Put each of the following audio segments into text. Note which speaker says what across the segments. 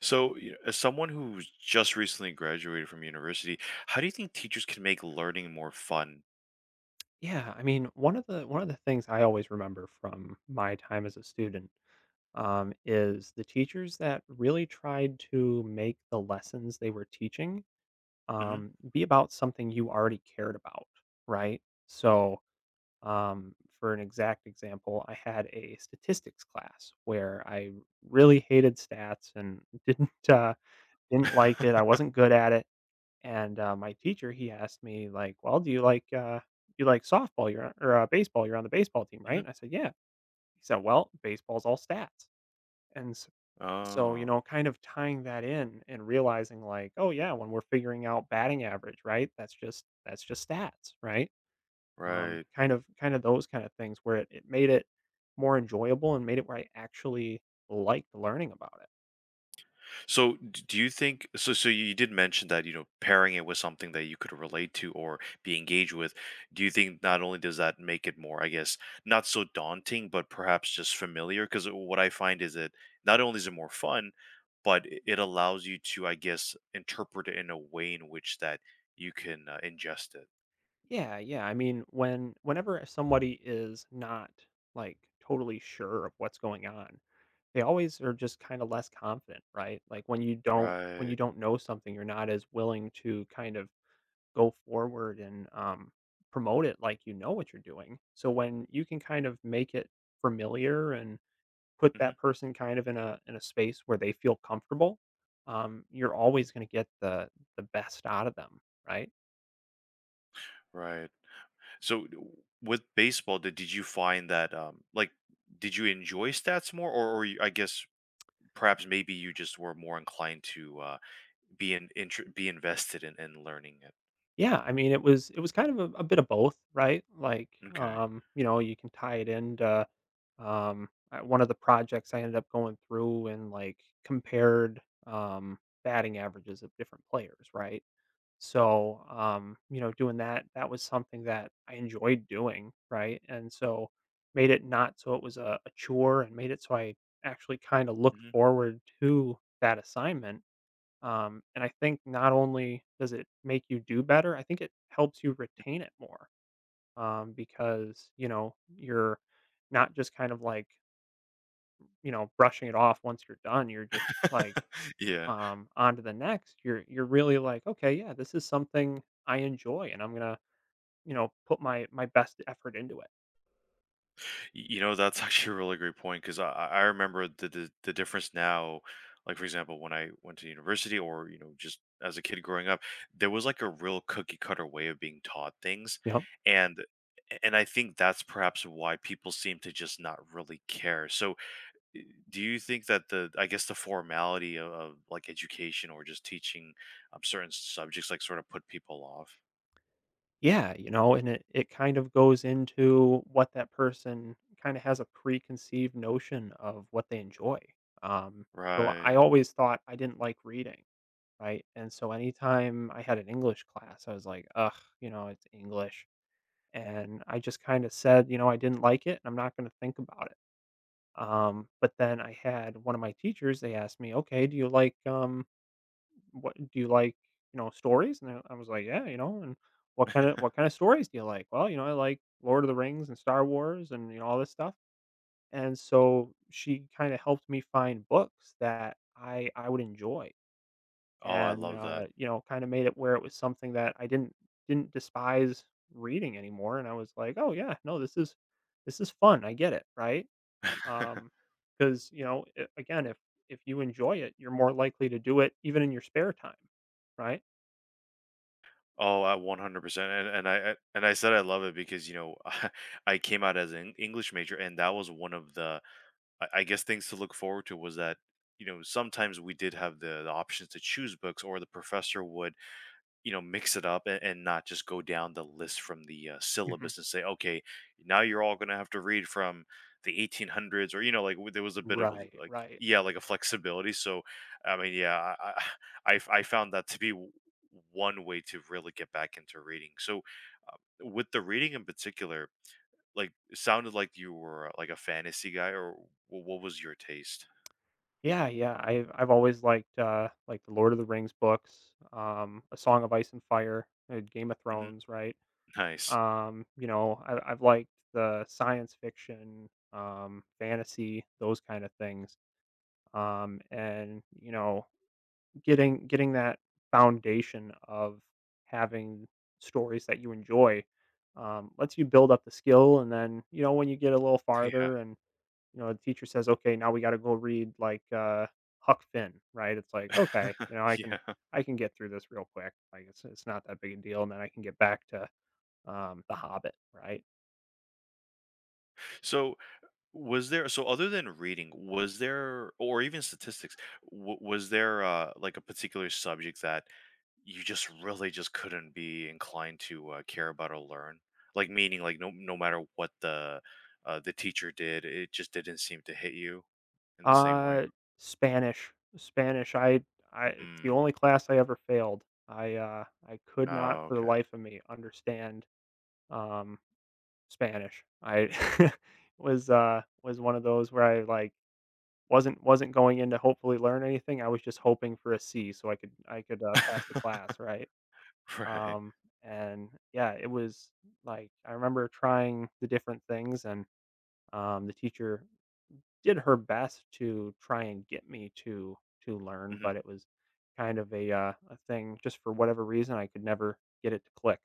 Speaker 1: So, as someone who's just recently graduated from university, how do you think teachers can make learning more fun?
Speaker 2: One of the things I always remember from my time as a student is the teachers that really tried to make the lessons they were teaching,
Speaker 1: Hmm.
Speaker 2: be about something you already cared about, right? So, um, for an exact example, I had a statistics class where I really hated stats and didn't uh, didn't like it. I wasn't good at it, and, my teacher, he asked me like, "Well, do you like softball? You're on or, baseball, you're on the baseball team,
Speaker 1: Hmm.
Speaker 2: right?" I said, "Yeah." He said, "Well, baseball's all stats." And s so, you
Speaker 1: Oh,
Speaker 2: know, kind of tying that in and realizing like, "Oh, yeah, when we're figuring out batting average, right? That's just stats, right?"
Speaker 1: right.
Speaker 2: Those kind of things where it made it more enjoyable and made it where I actually liked learning about it.
Speaker 1: So, do you think so? So, you did mention that pairing it with something that you could relate to or be engaged with. Do you think not only does that make it more, I guess, not so daunting, but perhaps just familiar? Because what I find is that not only is it more fun, but it allows you to, I guess, interpret it in a way in which that you can ingest it.
Speaker 2: Yeah, yeah. I mean, whenever somebody is not like totally sure of what's going on, they always are just kind of less confident, right? Like when you don't when you
Speaker 1: Right.
Speaker 2: don't know something, you're not as willing to kind of go forward and promote it like you know what you're doing. So when you can kind of make it familiar and put
Speaker 1: Hmm.
Speaker 2: that person kind of in a space where they feel comfortable, you're always going to get the best out of them, right?
Speaker 1: Right. So, with baseball, did you find that like did you enjoy stats more, or I guess perhaps maybe you just were more inclined to, be invested in learning it.
Speaker 2: Yeah, I mean, it was kind of a bit of both, right? Like,
Speaker 1: Okay.
Speaker 2: you can tie it into one of the projects I ended up going through and like compared batting averages of different players, right? Doing that was something that I enjoyed doing, right? And so made it not so it was a chore and made it so I actually kind of looked
Speaker 1: Mhm.
Speaker 2: forward to that assignment, and I think not only does it make you do better, I think it helps you retain it more, because, you know, you're not just kind of like, you know, brushing it off once you're done. You're just like
Speaker 1: Yeah.
Speaker 2: on to the next. You're really like, okay, yeah, this is something I enjoy and I'm going to, you know, put my, my best effort into it.
Speaker 1: Y You know, that's actually a really great point, 'cause I remember the difference now, like, for example, when I went to university or, just as a kid growing up, there was, like, a real cookie cutter way of being taught things,
Speaker 2: You know?
Speaker 1: and and I think that's perhaps why people seem to just not really care. So, do you think that the, I guess, the formality of like education or just teaching, certain subjects like sort of put people off?
Speaker 2: Yeah, you know, and it kind of goes into what that person kind of has a preconceived notion of what they enjoy. Um, so I
Speaker 1: Right.
Speaker 2: always thought I didn't like reading, right? And so anytime I had an English class, I was like, ugh, you know, it's English. And I just kind of said, you know, I didn't like it and I'm not going to think about it. But then I had one of my teachers, they asked me, okay, do you like, what do you like, you know, stories? And I was like, yeah, you know, and what kind of stories do you like? Well, you know, I like Lord of the Rings and Star Wars and you know all this stuff. And so she kind of helped me find books that I would enjoy,
Speaker 1: Oh, I
Speaker 2: and
Speaker 1: love that.
Speaker 2: you know, kind of made it where it was something that I didn't despise reading anymore. And I was like, oh yeah, no, this is fun. I get it, right? Um, because you know, again, if you enjoy it, you're more likely to do it even in your spare time, right?
Speaker 1: Oh, I 100%. And I said I love it, because I came out as an English major, and that was one of the, I guess, things to look forward to, was that sometimes we did have the options to choose books, or the professor would, mix it up, and not just go down the list from the
Speaker 2: Mhm.
Speaker 1: syllabus and say, okay, now you're all going to have to read from the 1800s, or, like, there was a bit of a,
Speaker 2: Right,
Speaker 1: like,
Speaker 2: right.
Speaker 1: yeah, like a flexibility. So, I mean, yeah, I found that to be one way to really get back into reading. So with the reading in particular, like, it sounded like you were, like a fantasy guy, or what was your taste?
Speaker 2: Yeah, yeah. I've always liked, like, the Lord of the Rings books, A Song of Ice and Fire, Game of
Speaker 1: Hmm.
Speaker 2: Thrones, right?
Speaker 1: Nice.
Speaker 2: You know, I I've liked the science fiction, fantasy, those kind of things. And, you know, getting that foundation of having stories that you enjoy, lets you build up the skill, and then, you know, when you get a little
Speaker 1: Yeah.
Speaker 2: farther and you know, the teacher says, "Okay, now we gotta go read like, Huck Finn," right? It's like, "Okay, you know, I can
Speaker 1: Yeah.
Speaker 2: I can get through this real quick, like, it's not that big a deal, and then I can get back to, The Hobbit," right?
Speaker 1: So so, other than reading, was there, or even statistics, w was there, like, a particular subject that you just really just couldn't be inclined to, care about or learn? Like, meaning, like, no no matter what the teacher did, it just didn't seem to hit you in the same way?
Speaker 2: Uh, Spanish. Spanish, I it's the
Speaker 1: Mm.
Speaker 2: only class I ever failed. I could not
Speaker 1: Oh,
Speaker 2: for the
Speaker 1: okay.
Speaker 2: life of me understand, um, Spanish. I was one of those where I, like, wasn't going in to hopefully learn anything, I was just hoping for a C so I could pass the class, right?
Speaker 1: Right.
Speaker 2: Um, and yeah, it was like, I remember trying the different things and, the teacher did her best to try and get me to learn,
Speaker 1: Mhm.
Speaker 2: but it was kind of a thing just for whatever reason, I could never get it to click.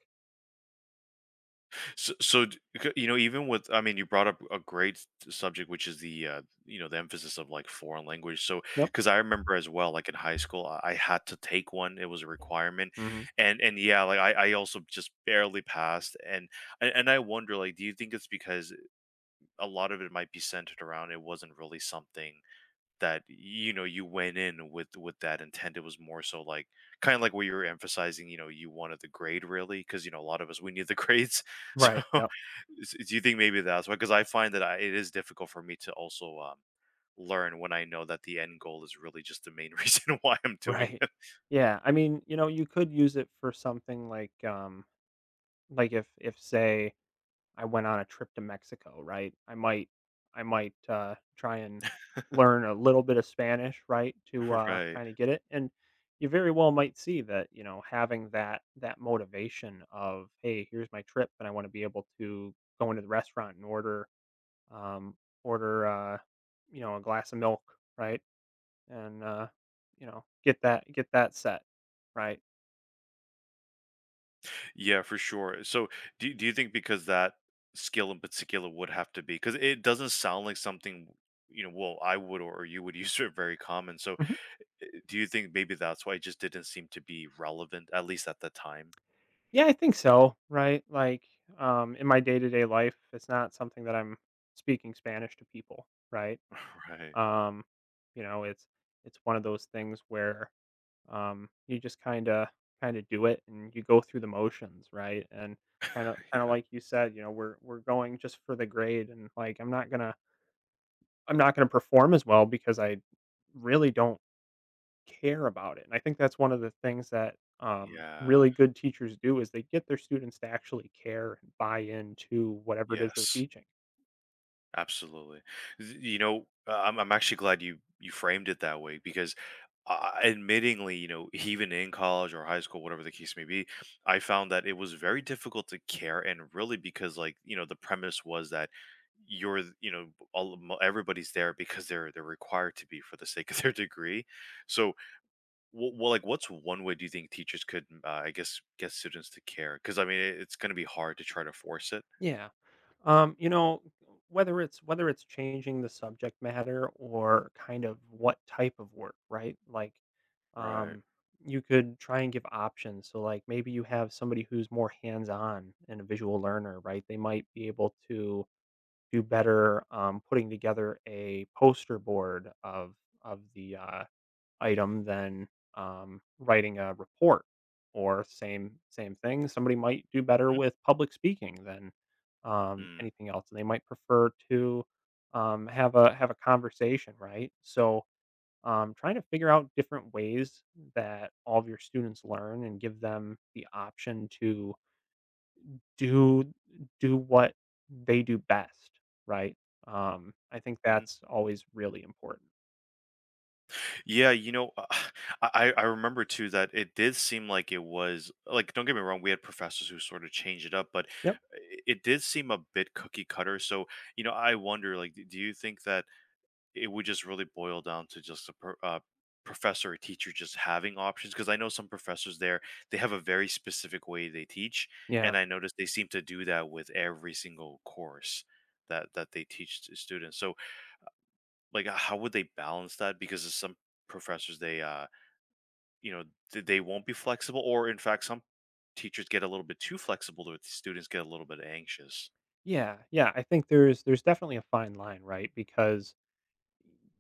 Speaker 1: So, even with, I mean, you brought up a great subject, which is the emphasis of like foreign language. So,
Speaker 2: Yep.
Speaker 1: because I remember as well, like in high school, I had to take one; it was a requirement,
Speaker 2: Mhm.
Speaker 1: and yeah, like I also just barely passed, and I wonder, like, do you think it's because a lot of it might be centered around it wasn't really something that you went in with that intent. It was more so like kind of like where you were emphasizing, you wanted the grade, really, because a lot of us, we need the grades. So,
Speaker 2: Right, yep,
Speaker 1: do you think maybe that's why? Because I find that, it is difficult for me to also learn when I know that the end goal is really just the main reason why I'm doing
Speaker 2: right.
Speaker 1: it.
Speaker 2: Yeah, I mean, you know, you could use it for something like if say I went on a trip to Mexico, right? I might try and learn a little bit of Spanish, right, to,
Speaker 1: Right.
Speaker 2: kinda get it, and you very well might see that, you know, having that that motivation of, "Hey, here's my trip, and I wanna be able to go into the restaurant and order, um, order, you know, a glass of milk," right? And, you know, get that set, right?
Speaker 1: Yeah, for sure. So, do you think, because that skill in particular would have to be, because it doesn't sound like something well I would, or you would, use it very common. So, Do you think maybe that's why it just didn't seem to be relevant, at least at the time?
Speaker 2: Yeah, I think so, right? Like, in my day to day life, it's not something that I'm speaking Spanish to people, right?
Speaker 1: Right.
Speaker 2: Um, you know, it's one of those things where you just kind of do it and you go through the motions, right? And kind of
Speaker 1: Yeah.
Speaker 2: like you said, you know, we're going just for the grade, and like I'm not gonna perform as well because I really don't care about it. And I think that's one of the things that
Speaker 1: Yeah.
Speaker 2: really good teachers do is they get their students to actually care and buy into whatever it is they're
Speaker 1: Yes.
Speaker 2: teaching.
Speaker 1: Absolutely. I'm actually glad you framed it that way, because, admittingly, even in college or high school, whatever the case may be, I found that it was very difficult to care, and really because, like, the premise was that you're, everybody's there because they're required to be for the sake of their degree. So, like, what's one way do you think teachers could, I guess, get students to care? Because I mean, it's going to be hard to try to force it.
Speaker 2: Yeah. You know, whether it's changing the subject matter or kind of what type of work, right? Like
Speaker 1: Right.
Speaker 2: um you could try and give options. So like maybe you have somebody who's more hands-on and a visual learner, right? They might be able to do better, putting together a poster board of the item than, writing a report, or same thing somebody might do better with public speaking than,
Speaker 1: Mm-hmm.
Speaker 2: anything else they might prefer to, have a conversation, right? So trying to figure out different ways that all of your students learn and give them the option to do do what they do best, right? I think that's always really important.
Speaker 1: Yeah, I remember too that it did seem like it was like, don't get me wrong, we had professors who sort of changed it up, but
Speaker 2: Yep.
Speaker 1: it did seem a bit cookie cutter. So, I wonder, like, do you think that it would just really boil down to just a professor or teacher just having options? Because I know some professors, there, they have a very specific way they teach,
Speaker 2: Yeah.
Speaker 1: and I noticed they seem to do that with every single course that they teach to students. So, like, how would they balance that? Because of some professors, they you know th- they won't be flexible, or in fact some teachers get a little bit too flexible to where the students get a little bit anxious.
Speaker 2: Yeah, yeah, I think there's definitely a fine line, right? Because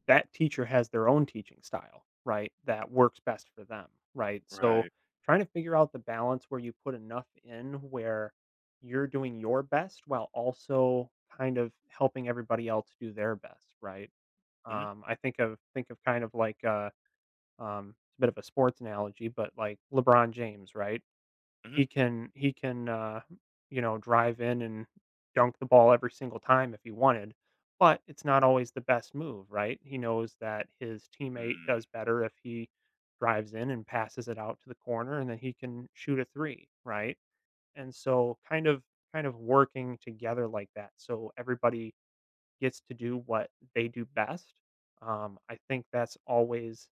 Speaker 2: that teacher has their own teaching style, right? That works best for them, right? So
Speaker 1: Right.
Speaker 2: trying to figure out the balance where you put enough in where you're doing your best while also kind of helping everybody else do their best, right?
Speaker 1: Hmm.
Speaker 2: I think of kind of like it's a bit of a sports analogy, but like LeBron James, right? He can you know, drive in and dunk the ball every single time if he wanted, but it's not always the best move, right? He knows that his teammate
Speaker 1: Hmm.
Speaker 2: does better if he drives in and passes it out to the corner, and then he can shoot a 3, right? And so kind of working together like that, so everybody gets to do what they do best, I think that's always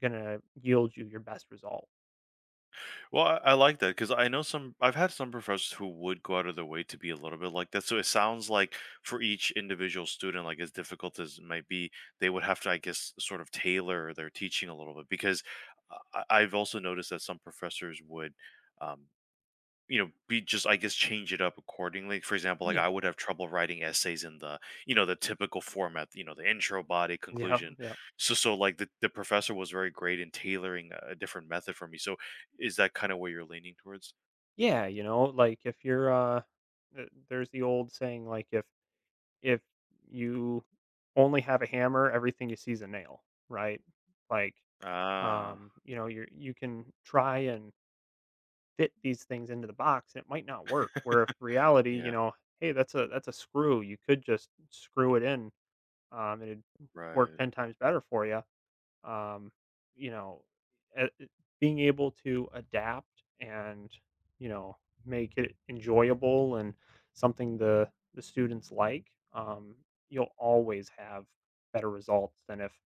Speaker 2: gonna yield you your best result.
Speaker 1: Well, I like that, because I know some. I've had some professors who would go out of their way to be a little bit like that. So it sounds like for each individual student, like as difficult as it might be, they would have to, I guess, sort of tailor their teaching a little bit. Because I've also noticed that some professors would. Um, be just, I guess, change it up accordingly. For example, like
Speaker 2: Yeah.
Speaker 1: I would have trouble writing essays in the typical format, the intro, body,
Speaker 2: Yeah,
Speaker 1: conclusion.
Speaker 2: yeah.
Speaker 1: So like the professor was very great in tailoring a different method for me. So is that kind of what you're leaning towards?
Speaker 2: Yeah, you know, like if you're there's the old saying like if you only have a hammer, everything you see is a nail, right? Like
Speaker 1: Ah,
Speaker 2: you know, you can try and fit these things into the box and it might not work. Where if reality, you
Speaker 1: yeah,
Speaker 2: know, hey, that's a screw. You could just screw it in, and it'd work
Speaker 1: right.
Speaker 2: 10 times better for you, um, you know, a- being able to adapt and you know make it enjoyable and something the students like, you'll always have better results than if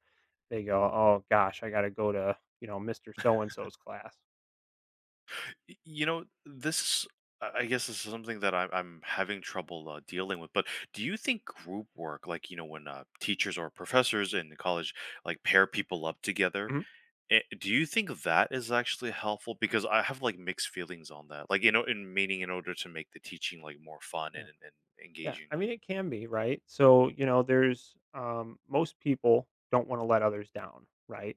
Speaker 2: they go, oh gosh, I got to go to you know Mr. So and So's class.
Speaker 1: This, I guess, this is something that I'm having trouble, dealing with. But do you think group work, like, when teachers or professors in college like pair people up together,
Speaker 2: Mhm.
Speaker 1: Do you think that is actually helpful? Because I have, like, mixed feelings on that. Like, in meaning, in order to make the teaching, like, more fun and
Speaker 2: Yeah,
Speaker 1: engaging.
Speaker 2: I mean it can be, right? So, you know, there's most people don't want to let others down, right?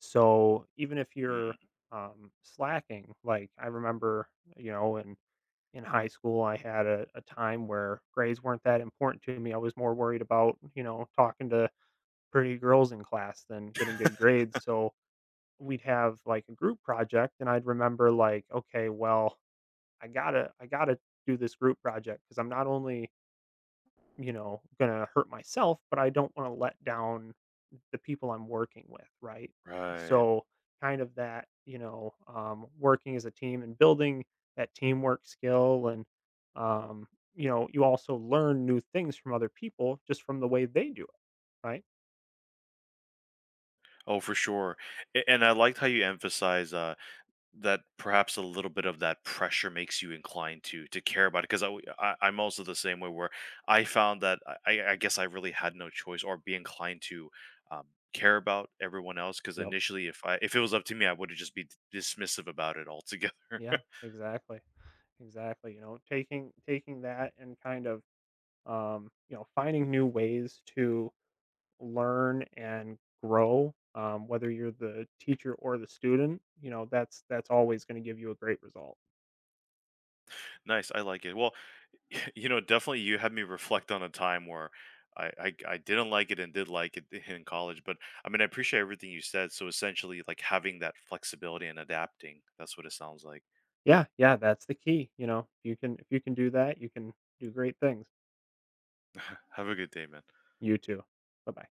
Speaker 2: So, even if
Speaker 1: Mm,
Speaker 2: you're slacking, like I remember, you know, in high school I had a time where grades weren't that important to me. I was more worried about, you know, talking to pretty girls in class than getting good grades. So, we'd have like a group project and I'd remember like, okay, well, I got to do this group project because I'm not only you know, gonna hurt myself, but I don't want to let down the people I'm working with, right?
Speaker 1: right.
Speaker 2: So kind of that, you know, working as a team and building that teamwork skill and, um, you know, you also learn new things from other people just from the way they do it, right?
Speaker 1: Oh, for sure. A and I liked how you emphasize, that perhaps a little bit of that pressure makes you inclined to care about it. 'Cause I w I I'm also the same way, where I found that I, I guess, I really had no choice, or be inclined to, care about everyone else. Because
Speaker 2: Yep.
Speaker 1: initially, if it was up to me, I would've just be dismissive about it altogether.
Speaker 2: Yeah, exactly. Exactly. You know, taking that and kind of, you know, finding new ways to learn and grow, whether you're the teacher or the student, you know, that's always going to give you a great result.
Speaker 1: Nice, I like it. Well, definitely you had me reflect on a time where I didn't like it, and did like it in college. But I mean, I appreciate everything you said. So essentially, like having that flexibility and adapting, that's what it sounds like.
Speaker 2: Yeah, yeah, that's the key. You know, if you can do that, you can do great things.
Speaker 1: Have a good day, man.
Speaker 2: You too. Bye bye.